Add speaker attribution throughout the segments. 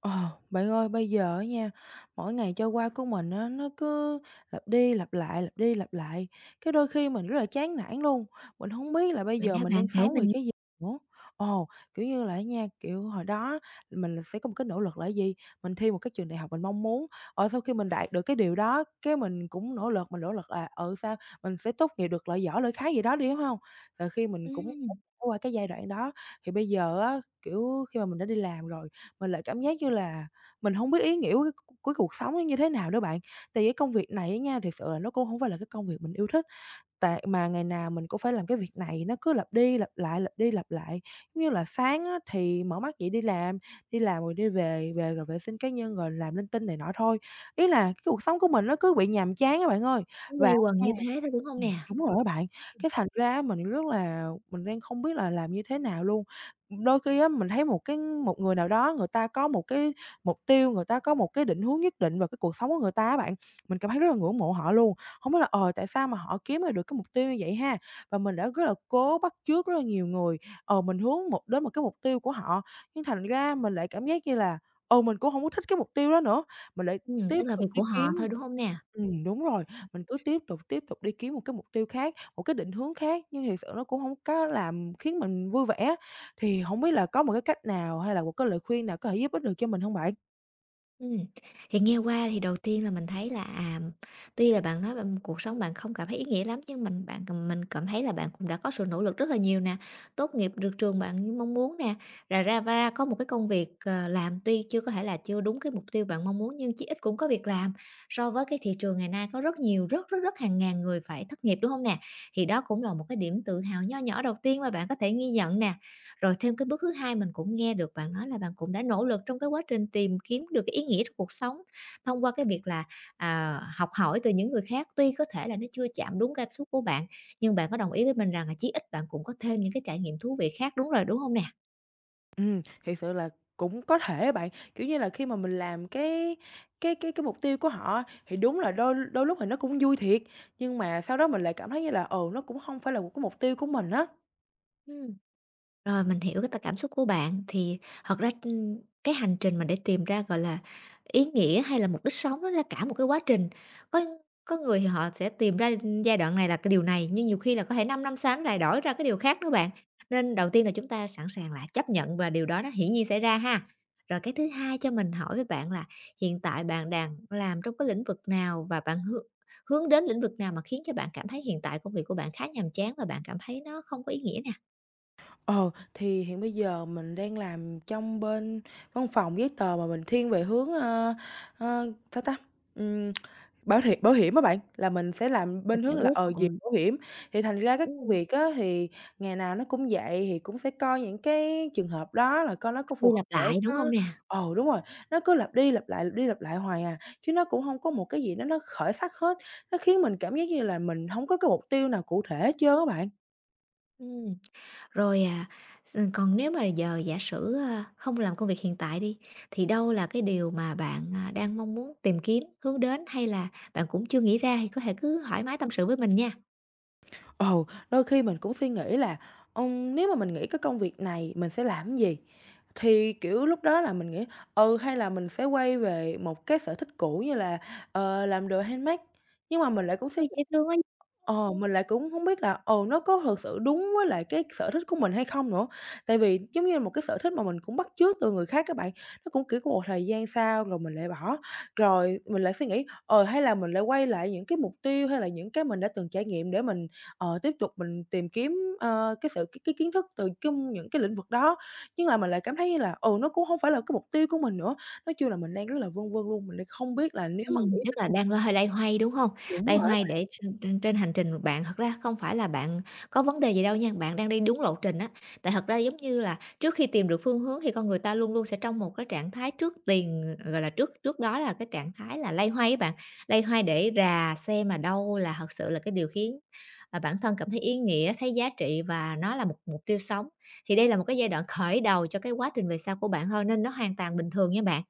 Speaker 1: Ờ, bạn ơi, bây giờ á nha, mỗi ngày trôi qua của mình á, nó cứ lặp đi lặp lại, lặp đi lặp lại, cái đôi khi mình rất là chán nản luôn, mình hông biết là bây
Speaker 2: Vậy
Speaker 1: giờ
Speaker 2: hả
Speaker 1: mình
Speaker 2: bạn?
Speaker 1: đang
Speaker 2: Kể
Speaker 1: sống
Speaker 2: mình
Speaker 1: vì
Speaker 2: nghe.
Speaker 1: cái gì nữa. Ồ, kiểu như là á nha, kiểu, hồi đó mình là sẽ có một cái nỗ lực là gì? Mình thi một cái trường đại học mình mong muốn, sau khi mình đạt được cái điều đó, cái mình cũng nỗ lực, mình nỗ lực là, sao mình sẽ tốt nghiệp được loại giỏi, loại khá gì đó đi, đúng hông? Rồi khi mình cũng trải
Speaker 2: Ừm.
Speaker 1: qua cái giai đoạn đó, thì bây giờ á, kiểu, khi mà mình đã đi làm rồi mình lại cảm giác như là mình hông biết ý nghĩa của cuộc sống nó như thế nào nữa bạn. Tại vì cái công việc này á nha, thiệt sự là nó cũng hông phải là cái công việc mình yêu thích, tại mà ngày nào mình cũng phải làm cái việc này, nó cứ lặp đi lặp lại, lặp đi lặp lại. Giống như là sáng á thì mở mắt dậy đi làm rồi đi về, về rồi vệ sinh cá nhân rồi làm linh tinh này nọ thôi. Ý là cái cuộc sống của mình nó cứ bị nhàm chán á bạn ơi.
Speaker 2: Nó quây
Speaker 1: Và
Speaker 2: quần như thế thôi, đúng hông nè?
Speaker 1: Đúng rồi á bạn. Cái thành ra á mình đang không biết là làm như thế nào luôn. Đôi khi á mình thấy một người nào đó người ta có một cái mục tiêu, người ta có một cái định hướng nhất định vào cái cuộc sống của người ta á bạn, mình cảm thấy rất là ngưỡng mộ họ luôn. Hông biết là, tại sao mà họ kiếm ra được cái mục tiêu như vậy ha? Và mình đã rất là cố bắt chước rất là nhiều người, mình hướng đến một cái mục tiêu của họ, nhưng thành ra mình lại cảm giác như là, mình cũng hổng có thích cái mục tiêu đó nữa, mình lại tiếp
Speaker 2: Tức là việc
Speaker 1: tục đi
Speaker 2: của họ
Speaker 1: kiếm.
Speaker 2: thôi, đúng hông nè?
Speaker 1: Đúng rồi. Mình cứ tiếp tục đi kiếm một cái mục tiêu khác, một cái định hướng khác, nhưng thiệt sự nó cũng hông có làm khiến mình vui vẻ á. Thì hổng biết là có một cái cách nào hay là một cái lời khuyên nào có thể giúp ích được cho mình hông bạn?
Speaker 2: Ừm, thì nghe qua thì đầu tiên là mình thấy là, tuy là bạn nói bạn cuộc sống bạn không cảm thấy ý nghĩa lắm, nhưng mình, bạn mình cảm thấy là bạn cũng đã có sự nỗ lực rất là nhiều nè, tốt nghiệp được trường bạn như mong muốn nè, ra ra va có một cái công việc, làm tuy chưa có thể là chưa đúng cái mục tiêu bạn mong muốn, nhưng chí ít cũng có việc làm. So với cái thị trường ngày nay có rất nhiều, rất, rất, rất hàng ngàn người phải thất nghiệp, đúng không nè? Thì đó cũng là một cái điểm tự hào nho nhỏ đầu tiên mà bạn có thể ghi nhận nè. Rồi thêm cái bước thứ hai, mình cũng nghe được bạn nói là bạn cũng đã nỗ lực trong cái quá trình tìm kiếm được cái ý nghĩa trong cuộc sống, thông qua cái việc là, học hỏi từ những người khác. Tuy có thể là nó chưa chạm đúng cảm xúc của bạn, nhưng bạn có đồng ý với mình rằng là chí ít bạn cũng có thêm những cái trải nghiệm thú vị khác, đúng rồi, đúng không nè?
Speaker 1: Thiệt sự là cũng có thể á bạn, kiểu như là, khi mà mình làm cái mục tiêu của họ á, thì đúng là đôi đôi lúc thì nó cũng vui thiệt, nhưng mà sau đó mình lại cảm thấy như là, nó cũng hông phải là một cái mục tiêu của mình á.
Speaker 2: Ừm. Rồi, mình hiểu cái cảm xúc của bạn. Thì thật ra, cái hành trình mà để tìm ra, gọi là, ý nghĩa hay là mục đích sống nó là cả một cái quá trình. Có có người thì họ sẽ tìm ra giai đoạn này là cái điều này, nhưng nhiều khi là có thể 5 năm năm sau nó lại đổi ra cái điều khác nữa bạn. Nên đầu tiên là chúng ta sẵn sàng là chấp nhận và điều đó nó hiển nhiên xảy ra ha. Rồi cái thứ hai, cho mình hỏi với bạn là hiện tại bạn đang làm trong cái lĩnh vực nào, và bạn hướng hướng đến lĩnh vực nào mà khiến cho bạn cảm thấy hiện tại công việc của bạn khá nhàm chán và bạn cảm thấy nó không có ý nghĩa nè,
Speaker 1: Ờ, thì hiện bây giờ mình đang làm trong bên văn phòng giấy tờ mà mình thiên về hướng, ơ, ơ, sao ta, ừm, bảo hiểm á bạn, là mình sẽ làm
Speaker 2: để
Speaker 1: bên hướng
Speaker 2: giải
Speaker 1: là, gì
Speaker 2: quyết?
Speaker 1: bảo hiểm. Thì thành ra cái công
Speaker 2: Ừm.
Speaker 1: việc á thì ngày nào nó cũng vậy, thì cũng sẽ coi những cái trường hợp đó là coi nó có
Speaker 2: Lặp đi
Speaker 1: phù
Speaker 2: lặp
Speaker 1: hợp. để
Speaker 2: lại, đúng
Speaker 1: có
Speaker 2: hông nè?
Speaker 1: ờ, đúng rồi, nó cứ lặp đi lặp lại, lặp đi lặp lại hoài à, chứ nó cũng không có một cái gì đó nó khởi sắc hết. Nó khiến mình cảm giác như là mình không có cái mục tiêu nào cụ thể hết trơn á bạn.
Speaker 2: Ừm, rồi, à, s còn nếu mà giờ giả sử, không làm công việc hiện tại đi, thì đâu là cái điều mà bạn, đang mong muốn tìm kiếm, hướng đến, hay là bạn cũng chưa nghĩ ra thì có thể cứ thoải mái tâm sự với mình nha.
Speaker 1: Ồ, đôi khi mình cũng suy nghĩ là, nếu mà mình nghỉ cái công việc này mình sẽ làm cái gì? Thì, kiểu, lúc đó là mình nghĩ, hay là mình sẽ quay về một cái sở thích cũ như là, làm đồ handmade. Nhưng mà mình lại cũng suy
Speaker 2: Ôi,
Speaker 1: nghĩ.
Speaker 2: dễ thương quá!
Speaker 1: ờ,
Speaker 2: Ừm.
Speaker 1: mình lại cũng không biết là, nó có thực sự đúng với lại cái sở thích của mình hay không nữa. Tại vì giống như là một cái sở thích mà mình cũng bắt chước từ người khác các bạn, nó cũng, kiểu, có một thời gian sau rồi mình lại bỏ. Rồi mình lại suy nghĩ, hay là mình lại quay lại những cái mục tiêu hay là những cái mình đã từng trải nghiệm để mình tiếp tục mình tìm kiếm, cái sự cái kiến thức từ chung những cái lĩnh vực đó, nhưng là mình lại cảm thấy như là, nó cũng không phải là cái mục tiêu của mình nữa. Nói chung là mình đang rất là vân vân luôn, mình đang không biết là nếu mà nghĩ.
Speaker 2: Tức là
Speaker 1: tới-
Speaker 2: đang hơi loay hoay, đúng hông?
Speaker 1: đúng
Speaker 2: Loay
Speaker 1: rồi.
Speaker 2: hoay để trên trên trên hành trình, bạn thật ra không phải là bạn có vấn đề gì đâu nha, bạn đang đi đúng lộ trình á. Tại thật ra giống như là trước khi tìm được phương hướng thì con người ta luôn luôn sẽ trong một cái trạng thái trước tiền gọi là, trước trước đó là cái trạng thái là loay hoay á bạn, loay hoay để rà xem là đâu là thật sự là cái điều khiến, bản thân cảm thấy ý nghĩa, thấy giá trị và nó là một mục tiêu sống. Thì đây là một cái giai đoạn khởi đầu cho cái quá trình về sau của bạn thôi, nên nó hoàn toàn bình thường nha bạn.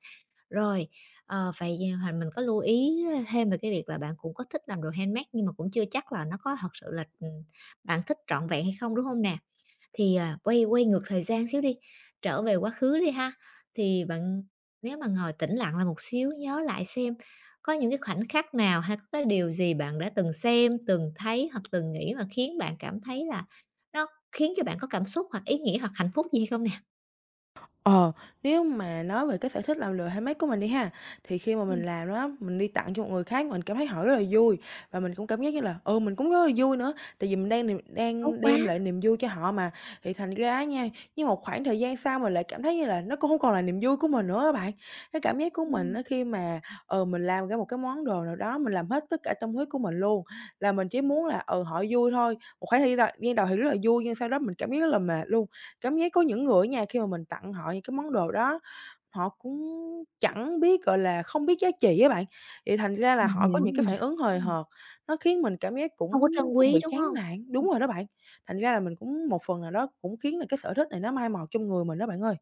Speaker 2: Rồi, vậy thì mình có lưu ý thêm về cái việc là bạn cũng có thích làm đồ handmade, nhưng mà cũng chưa chắc là nó có thật sự là, bạn thích trọn vẹn hay không, đúng không nè? Thì, quay quay ngược thời gian xíu đi, trở về quá khứ đi ha, thì bạn nếu mà ngồi tĩnh lặng lại một xíu, nhớ lại xem có những cái khoảnh khắc nào hay có cái điều gì bạn đã từng xem, từng thấy hoặc từng nghĩ mà khiến bạn cảm thấy là nó khiến cho bạn có cảm xúc hoặc ý nghĩa hoặc hạnh phúc gì hay không nè?
Speaker 1: Ờ, nếu mà nói về cái sở thích làm lừa handmade của mình đi ha, thì khi mà mình
Speaker 2: Ừm.
Speaker 1: làm đó mình đi tặng cho một người khác, mình cảm thấy họ rất là vui và mình cũng cảm giác như là, mình cũng rất là vui nữa, tại vì mình
Speaker 2: Tốt
Speaker 1: đang
Speaker 2: quá!
Speaker 1: đem lại niềm vui cho họ mà. Thì thành ra nha, nhưng một khoảng thời gian sau mình lại cảm thấy như là nó cũng không còn là niềm vui của mình nữa á bạn. Cái cảm giác của mình
Speaker 2: Ừm.
Speaker 1: đó khi mà, mình làm ra một cái món đồ nào đó, mình làm hết tất cả tâm huyết của mình luôn, là mình chỉ muốn là, họ vui thôi. Một khoảng thời gian đầu thì rất là vui nhưng sau đó mình cảm giác rất là mệt luôn. Cảm giác có những người á nha, khi mà mình tặng họ những cái món đồ đó, họ cũng chẳng biết, gọi là, không biết giá trị á bạn, vậy thành ra là
Speaker 2: Mình
Speaker 1: họ có
Speaker 2: hiểu
Speaker 1: những
Speaker 2: nè.
Speaker 1: cái phản ứng hời
Speaker 2: Ừm.
Speaker 1: hợt, nó khiến mình cảm giác
Speaker 2: Không
Speaker 1: cũng
Speaker 2: có trân
Speaker 1: cũng
Speaker 2: quý,
Speaker 1: bị
Speaker 2: đúng
Speaker 1: chán
Speaker 2: hông?
Speaker 1: nản
Speaker 2: Ừm,
Speaker 1: đúng rồi đó bạn. Thành ra là mình cũng một phần nào đó cũng khiến là cái sở thích này nó mai một trong người mình đó bạn ơi.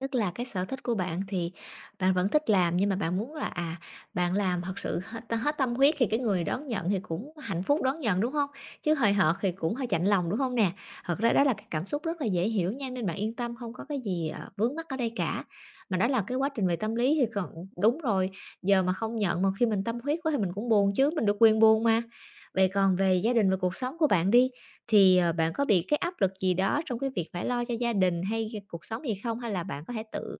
Speaker 2: tức là cái sở thích của bạn thì bạn vẫn thích làm, nhưng mà bạn muốn là, bạn làm thật sự hết hết tâm huyết thì cái người đón nhận thì cũng hạnh phúc đón nhận, đúng hông? Chứ hời hợt thì cũng hơi chạnh lòng, đúng hông nè? Thật ra đó là cái cảm xúc rất là dễ hiểu nha, nên bạn yên tâm, không có cái gì, vướng mắc ở đây cả. Mà đó là cái quá trình về tâm lý thì còn đúng rồi, giờ mà không nhận mà khi mình tâm huyết quá thì mình cũng buồn chứ, mình được quyền buồn mà. Vậy còn về gia đình và cuộc sống của bạn đi, thì, bạn có bị cái áp lực gì đó trong cái việc phải lo cho gia đình hay cuộc sống gì không? Hay là bạn có thể tự,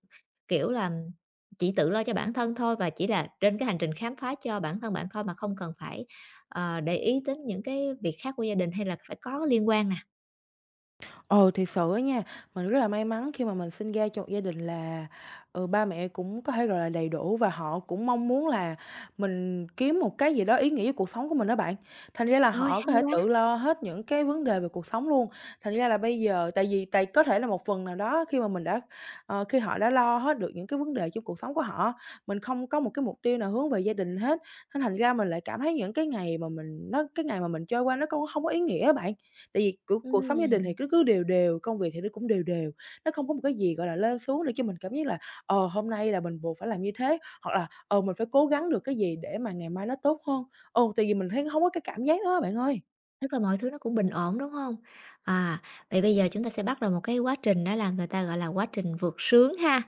Speaker 2: kiểu là, chỉ tự lo cho bản thân thôi, và chỉ là trên cái hành trình khám phá cho bản thân bạn thôi mà không cần phải, để ý đến những cái việc khác của gia đình hay là phải có liên quan nè?
Speaker 1: Ừ, thiệt sự á nha, mình rất là may mắn khi mà mình sinh ra trong gia đình là, ba mẹ cũng có thể gọi là đầy đủ và họ cũng mong muốn là mình kiếm một cái gì đó ý nghĩa với cuộc sống của mình đó bạn. Thành ra là
Speaker 2: Rồi,
Speaker 1: họ
Speaker 2: hay
Speaker 1: có thể
Speaker 2: quá!
Speaker 1: tự lo hết những cái vấn đề về cuộc sống luôn. Thành ra là bây giờ tại vì tại có thể là một phần nào đó khi mà mình đã khi họ đã lo hết được những cái vấn đề trong cuộc sống của họ, mình không có một cái mục tiêu nào hướng về gia đình hết, nên thành ra mình lại cảm thấy những cái ngày mà mình nó cái ngày mà mình trôi qua nó cũng không có ý nghĩa á bạn. Tại vì cuộc sống gia đình thì
Speaker 2: Ừm.
Speaker 1: cứ cứ đều đều, công việc thì nó cũng đều đều, nó không có một cái gì, gọi là, lên xuống để cho mình cảm giác là, hôm nay là mình buộc phải làm như thế, hoặc là, mình phải cố gắng được cái gì để mà ngày mai nó tốt hơn. Tại vì mình thấy không có cái cảm giác đó bạn ơi.
Speaker 2: Tức là mọi thứ nó cũng bình ổn, đúng không? À, vậy bây giờ chúng ta sẽ bắt đầu một cái quá trình, đó là người ta gọi là quá trình vượt sướng ha.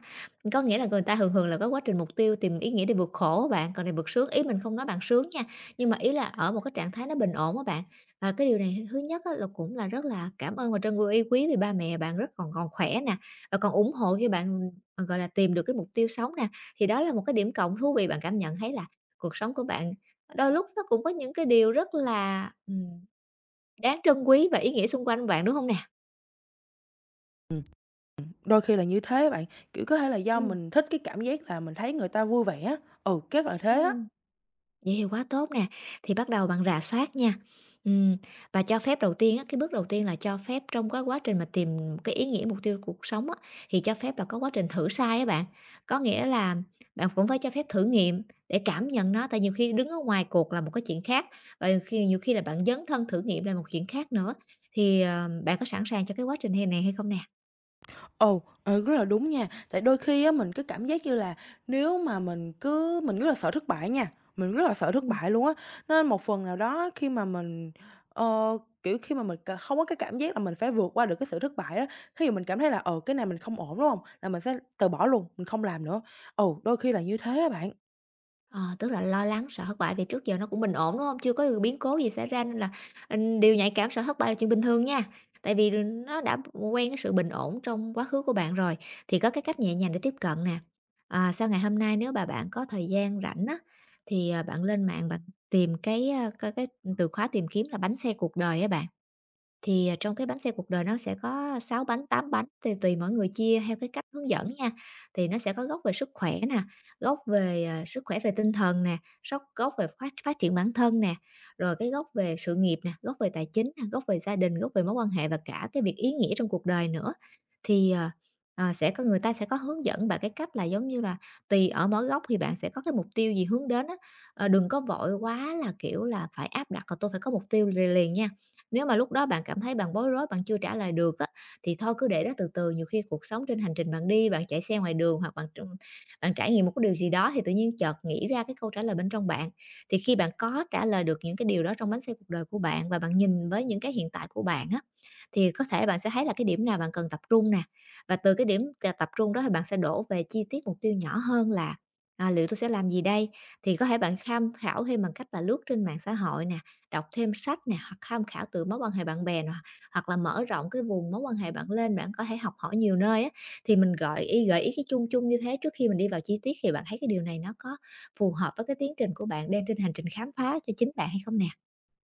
Speaker 2: Có nghĩa là người ta thường thường là có quá trình mục tiêu tìm ý nghĩa để vượt khổ á bạn, còn này vượt sướng, ý mình không nói bạn sướng nha, nhưng mà ý là ở một cái trạng thái nó bình ổn á bạn. Và cái điều này thứ nhất á là cũng là rất là cảm ơn và trân quý quý vì ba mẹ bạn rất còn còn khỏe nè, và còn ủng hộ cho bạn, gọi là, tìm được cái mục tiêu sống nè. Thì đó là một cái điểm cộng thú vị, bạn cảm nhận thấy là cuộc sống của bạn đôi lúc nó cũng có những cái điều rất là, đáng trân quý và ý nghĩa xung quanh bạn, đúng không nè?
Speaker 1: Ừm, đôi khi là như thế bạn, kiểu, có thể là do
Speaker 2: Ừm.
Speaker 1: mình thích cái cảm giác là mình thấy người ta vui vẻ á, chắc là thế á.
Speaker 2: Ừm, vậy thì quá tốt nè. Thì bắt đầu bằng rà soát nha, ừm, và cho phép đầu tiên á, cái bước đầu tiên là cho phép trong cái quá trình mà tìm cái ý nghĩa mục tiêu cuộc sống á, thì cho phép là có quá trình thử sai á bạn. Có nghĩa là bạn cũng phải cho phép thử nghiệm để cảm nhận nó, tại nhiều khi đứng ở ngoài cuộc là một cái chuyện khác, và nhiều khi là bạn dấn thân thử nghiệm là một chuyện khác nữa. Thì, bạn có sẵn sàng cho cái quá trình hè này hay không nè?
Speaker 1: Ồ, rất là đúng nha. Tại đôi khi á mình cứ cảm giác như là nếu mà mình rất là sợ thất bại nha, mình rất là sợ thất bại luôn á. Nên một phần nào đó khi mà mình, ờ, kiểu, khi mà mình không có cái cảm giác là mình phải vượt qua được cái sự thất bại đó, khi mà mình cảm thấy là, cái này mình không ổn, đúng không? Là mình sẽ từ bỏ luôn, mình không làm nữa. Ồ, đôi khi là như thế á bạn.
Speaker 2: Ờ, tức là lo lắng, sợ thất bại vì trước giờ nó cũng bình ổn, đúng không? Chưa có biến cố gì xảy ra, nên là, điều nhạy cảm, sợ thất bại là chuyện bình thường nha. Tại vì nó đã quen cái sự bình ổn trong quá khứ của bạn rồi, thì có cái cách nhẹ nhàng để tiếp cận nè. À, sau ngày hôm nay nếu bạn có thời gian rảnh á, thì, bạn lên mạng bạn coi cái từ khóa tìm kiếm là "bánh xe cuộc đời" á bạn. Thì, trong cái bánh xe cuộc đời nó sẽ có 6 bánh, 8 bánh, tùy tùy mỗi người chia theo cái cách hướng dẫn nha. Thì nó sẽ có gốc về sức khỏe nè, gốc về, sức khỏe về tinh thần nè, gốc về phát phát triển bản thân nè, rồi cái gốc về sự nghiệp nè, gốc về tài chính nè, gốc về gia đình, gốc về mối quan hệ và cả cái việc ý nghĩa trong cuộc đời nữa. Thì, sẽ có người ta sẽ có hướng dẫn bạn cái cách là, giống như là, tùy ở mỗi góc thì bạn sẽ có cái mục tiêu gì hướng đến á. Ờ, đừng có vội quá là, kiểu là, phải áp đặt là "Tôi phải có mục tiêu liền liền nha." Nếu mà lúc đó bạn cảm thấy bạn bối rối, bạn chưa trả lời được á, thì thôi cứ để đó từ từ, nhiều khi cuộc sống trên hành trình bạn đi, bạn chạy xe ngoài đường hoặc bạn trải nghiệm một cái điều gì đó thì tự nhiên chợt nghĩ ra cái câu trả lời bên trong bạn. Thì khi bạn có trả lời được những cái điều đó trong bánh xe cuộc đời của bạn và bạn nhìn với những cái hiện tại của bạn á, thì có thể bạn sẽ thấy là cái điểm nào bạn cần tập trung nè, và từ cái điểm tập trung đó thì bạn sẽ đổ về chi tiết mục tiêu nhỏ hơn là "À, liệu tôi sẽ làm gì đây?" Thì có thể bạn tham khảo thêm bằng cách là lướt trên mạng xã hội nè, đọc thêm sách nè, hoặc tham khảo từ mối quan hệ bạn bè nè, hoặc là mở rộng cái vùng mối quan hệ bạn lên, bạn có thể học hỏi nhiều nơi á. Thì mình gợi ý cái chung chung như thế trước khi mình đi vào chi tiết, thì bạn thấy cái điều này nó có phù hợp với cái tiến trình của bạn đang trên hành trình khám phá cho chính bạn hay không nè?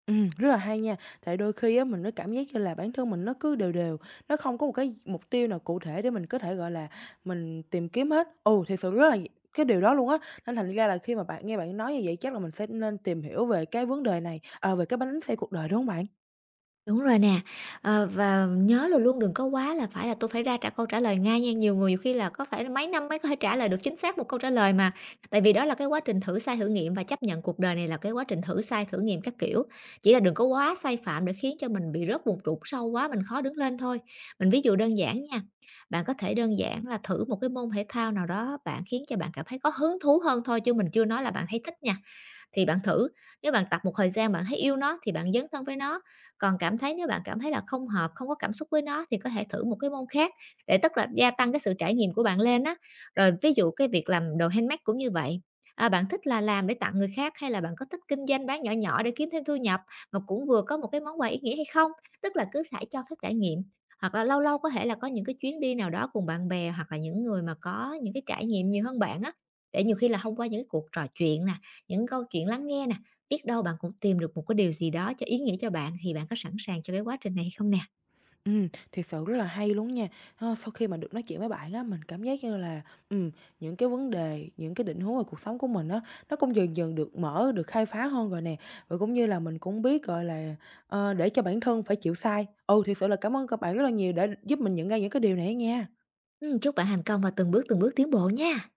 Speaker 1: Rất là hay nha. Tại đôi khi á, mình nó cảm giác như là bản thân mình nó cứ đều đều, nó không có một cái mục tiêu nào cụ thể để mình có thể, gọi là, mình tìm kiếm hết. Ồ, thiệt sự rất là cái điều đó luôn á, nên thành ra là khi mà bạn nghe bạn nói như vậy chắc là mình sẽ nên tìm hiểu về cái vấn đề này, về cái bánh xe cuộc đời, đúng không bạn?
Speaker 2: Đúng rồi nè, và nhớ là luôn đừng có quá là phải là "Tôi phải ra trả câu trả lời ngay nha." Nhiều người nhiều khi là có phải mấy năm mới có thể trả lời được chính xác một câu trả lời mà, tại vì đó là cái quá trình thử sai thử nghiệm, và chấp nhận cuộc đời này là cái quá trình thử sai thử nghiệm các kiểu. Chỉ là đừng có quá sai phạm để khiến cho mình bị rớt vùng trũng sâu quá, mình khó đứng lên thôi. Mình ví dụ đơn giản nha, bạn có thể đơn giản là thử một cái môn thể thao nào đó bạn khiến cho bạn cảm thấy có hứng thú hơn thôi, chứ mình chưa nói là bạn thấy thích nha, thì bạn thử. Nếu bạn tập một thời gian bạn thấy yêu nó thì bạn dấn thân với nó, còn cảm thấy nếu bạn cảm thấy là không hợp, không có cảm xúc với nó thì có thể thử một cái môn khác, để tức là gia tăng cái sự trải nghiệm của bạn lên á. Rồi ví dụ cái việc làm đồ handmade cũng như vậy, à, bạn thích là làm để tặng người khác hay là bạn có thích kinh doanh bán nhỏ nhỏ để kiếm thêm thu nhập mà cũng vừa có một cái món quà ý nghĩa hay không? Tức là cứ phải cho phép trải nghiệm. Hoặc là lâu lâu có thể là có những cái chuyến đi nào đó cùng bạn bè hoặc là những người mà có những cái trải nghiệm nhiều hơn bạn á, để nhiều khi là thông qua những cái cuộc trò chuyện nè, những câu chuyện lắng nghe nè, biết đâu bạn cũng tìm được một cái điều gì đó cho ý nghĩa cho bạn, thì bạn có sẵn sàng cho cái quá trình này hay không nè?
Speaker 1: Thiệt sự rất là hay luôn nha. Sau khi mà được nói chuyện với bạn á, mình cảm giác như là, ừm, những cái vấn đề, những cái định hướng về cuộc sống của mình á, nó cũng dần dần được mở, được khai phá hơn rồi nè. Và cũng như là mình cũng biết, gọi là, để cho bản thân phải chịu sai. Ừ, thiệt sự là cảm ơn các bạn rất là nhiều đã giúp mình nhận ra những cái điều này nha.
Speaker 2: Chúc bạn thành công và từng bước tiến bộ nha.